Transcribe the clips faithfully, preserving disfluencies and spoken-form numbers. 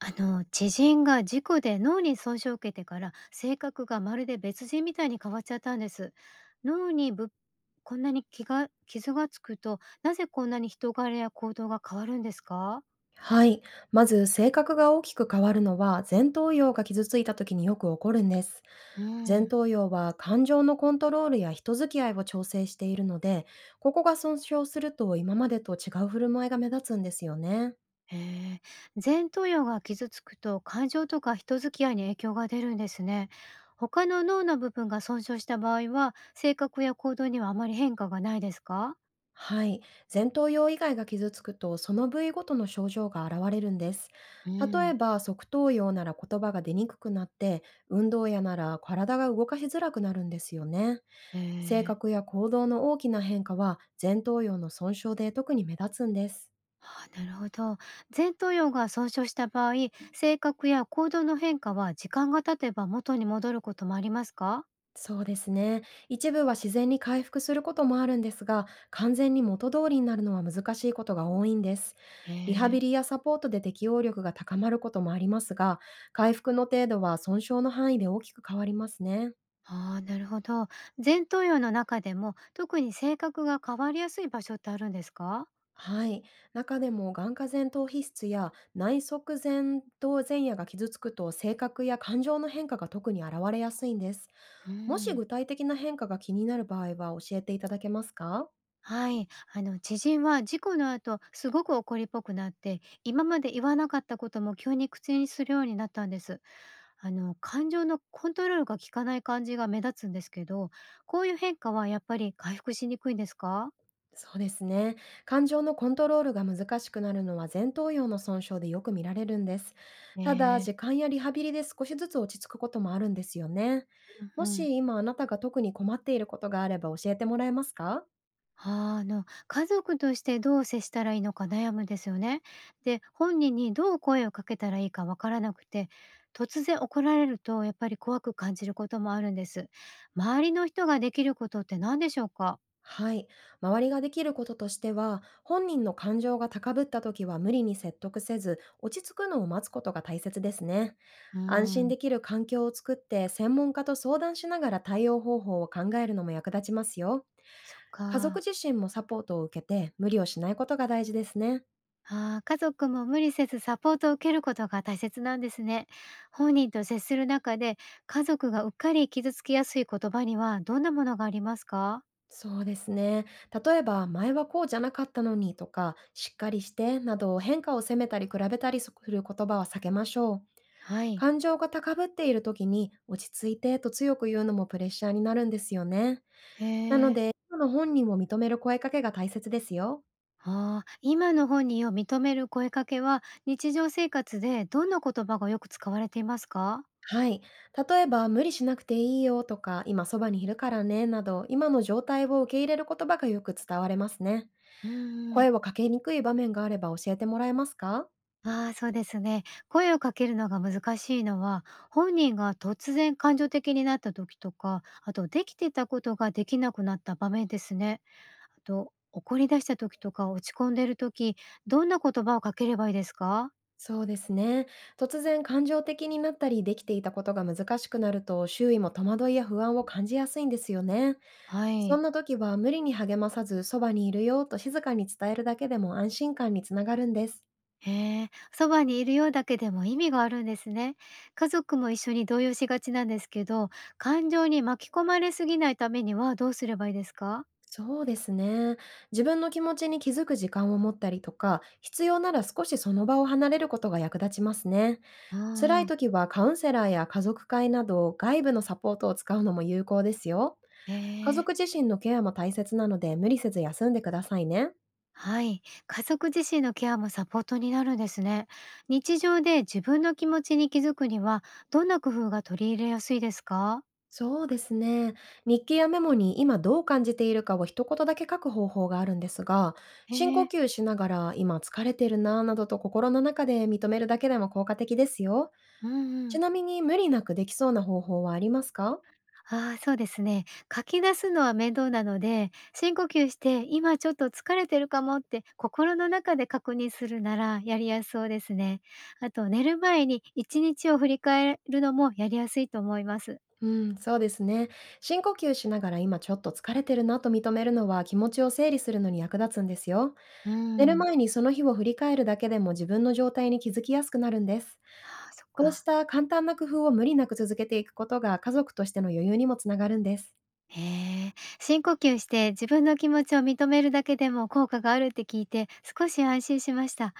あの知人が事故で脳に損傷を受けてから性格がまるで別人みたいに変わっちゃったんです。脳にぶこんなに気が傷がつくとなぜこんなに人柄や行動が変わるんですか？はい。まず、性格が大きく変わるのは、前頭葉が傷ついた時によく起こるんです。う前ん。頭葉は感情のコントロールや人付き合いを調整しているので、ここが損傷すると今までと違う振る舞いが目立つんですよね。へえ。前頭葉が傷つくと感情とか人付き合いに影響が出るんですね。他の脳の部分が損傷した場合は性格や行動にはあまり変化がないですか？はい。前頭葉以外が傷つくと、その部位ごとの症状が現れるんです。う例ん。えば、側頭葉なら言葉が出にくくなって、運動やなら体が動かしづらくなるんですよね。へ性え。格や行動の大きな変化は前頭葉の損傷で特に目立つんです。ああ、なるほど。前頭葉が損傷した場合、性格や行動の変化は時間が経てば元に戻ることもありますか？そうですね。一部は自然に回復することもあるんですが、完全に元通りになるのは難しいことが多いんです。へリハビえ。リやサポートで適応力が高まることもありますが、回復の程度は損傷の範囲で大きく変わりますね。ああ、なるほど。前頭葉の中でも特に性格が変わりやすい場所ってあるんですか？はい。中でも眼下前頭皮質や内側前頭前野が傷つくと、性格や感情の変化が特に現れやすいんです。うもしん。具体的な変化が気になる場合は教えていただけますか？はい。あの、知人は事故の後、すごく怒りっぽくなって、今まで言わなかったことも急に口にするようになったんです。あの、感情のコントロールが効かない感じが目立つんですけど、こういう変化はやっぱり回復しにくいんですか？そうですね。感情のコントロールが難しくなるのは前頭葉の損傷でよく見られるんです。えただ、ー。時間やリハビリで少しずつ落ち着くこともあるんですよね。もうんうん。し今あなたが特に困っていることがあれば教えてもらえますか？あー、あの、家族としてどう接したらいいのか悩むんですよね。で、本人にどう声をかけたらいいかわからなくて、突然怒られるとやっぱり怖く感じることもあるんです。周りの人ができることって何でしょうか？はい。周りができることとしては、本人の感情が高ぶった時は無理に説得せず、落ち着くのを待つことが大切ですね。うー安心ん、できる環境を作って、専門家と相談しながら対応方法を考えるのも役立ちますよ。そっ家族か。自身もサポートを受けて、無理をしないことが大事ですね。あー、家族も無理せずサポートを受けることが大切なんですね。本人と接する中で家族がうっかり傷つきやすい言葉にはどんなものがありますか？そうですね。例えば、前はこうじゃなかったのにとか、しっかりしてなど、変化を責めたり比べたりする言葉は避けましょう。はい。感情が高ぶっている時に落ち着いてと強く言うのもプレッシャーになるんですよね。へなのえ。で、今の本人を認める声かけが大切ですよ。ああ、今の本人を認める声かけは、日常生活でどんな言葉がよく使われていますか？はい。例えば、無理しなくていいよとか、今そばにいるからね、など、今の状態を受け入れる言葉がよく伝われますね。うんうん。声をかけにくい場面があれば教えてもらえますか？ああ、そうですね。声をかけるのが難しいのは、本人が突然感情的になった時とか、あとできてたことができなくなった場面ですね。あと、怒り出した時とか落ち込んでる時、どんな言葉をかければいいですか？そうですね。突然感情的になったり、できていたことが難しくなると、周囲も戸惑いや不安を感じやすいんですよね。はそんい。な時は無理に励まさず、そばにいるよと静かに伝えるだけでも安心感につながるんです。へえ、そばにいるようだけでも意味があるんですね。家族も一緒に動揺しがちなんですけど、感情に巻き込まれすぎないためにはどうすればいいですか？そうですね。自分の気持ちに気づく時間を持ったりとか、必要なら少しその場を離れることが役立ちますね。うん辛ういん。時はカウンセラーや家族会など、外部のサポートを使うのも有効ですよ。へ家え。族自身のケアも大切なので、無理せず休んでくださいね。はい。家族自身のケアもサポートになるんですね。日常で自分の気持ちに気づくには、どんな工夫が取り入れやすいですか？そうですね。日記やメモに今どう感じているかを一言だけ書く方法があるんですが、へ深呼え。吸しながら今疲れてるなぁなどと心の中で認めるだけでも効果的ですよ。うんうちん。なみに、無理なくできそうな方法はありますか？ああ、そうですね。書き出すのは面倒なので、深呼吸して、今ちょっと疲れてるかもって心の中で確認するならやりやすそうですね。あと寝る前にいちにちを振り返るのもやりやすいと思います。うん、そうですね。深呼吸しながら今ちょっと疲れてるなと認めるのは、気持ちを整理するのに役立つんですよ。う寝るん。前にその日を振り返るだけでも、自分の状態に気づきやすくなるんです。ああ、そっこうしか。た簡単な工夫を無理なく続けていくことが、家族としての余裕にもつながるんです。へえ、深呼吸して自分の気持ちを認めるだけでも効果があるって聞いて少し安心しました。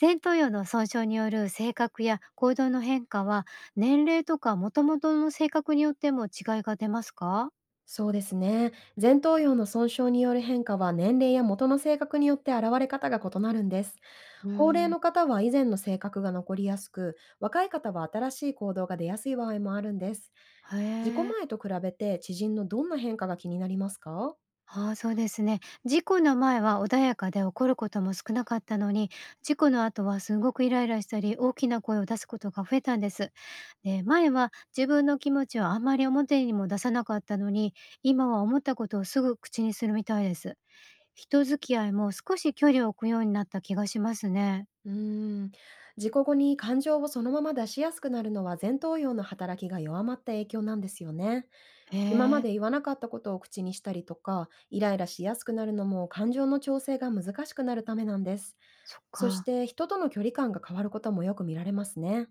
前頭葉の損傷による性格や行動の変化は年齢とか元々の性格によっても違いが出ますか？そうですね。前頭葉の損傷による変化は、年齢や元の性格によって現れ方が異なるんです。うー高齢ん。の方は以前の性格が残りやすく、若い方は新しい行動が出やすい場合もあるんです。へ自己え、前と比べて、知人のどんな変化が気になりますか？ああ、そうですね。事故の前は穏やかで怒ることも少なかったのに、事故の後はすごくイライラしたり大きな声を出すことが増えたんです。ね、前は自分の気持ちをあんまり表にも出さなかったのに、今は思ったことをすぐ口にするみたいです。人付き合いも少し距離を置くようになった気がしますね。うーん、自己後に感情をそのまま出しやすくなるのは、前頭葉の働きが弱まった影響なんですよね。へ今まえ、で言わなかったことを口にしたりとか、イライラしやすくなるのも、感情の調整が難しくなるためなんです。そっそしか。て、人との距離感が変わることもよく見られますね。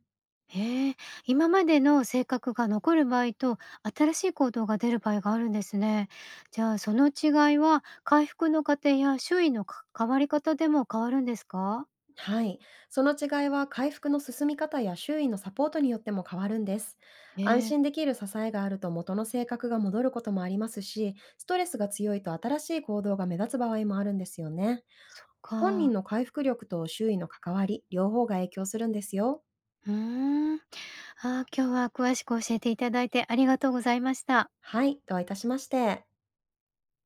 へえ、今までの性格が残る場合と新しい行動が出る場合があるんですね。じゃあその違いは回復の過程や周囲のか変わり方でも変わるんですか？はい。その違いは、回復の進み方や周囲のサポートによっても変わるんです。安へえ、心できる支えがあると元の性格が戻ることもありますし、ストレスが強いと新しい行動が目立つ場合もあるんですよね。そっ本人か。の回復力と周囲の関わり、両方が影響するんですよ。うーん。ああ、今日は詳しく教えていただいてありがとうございました。はい。どういたしまして。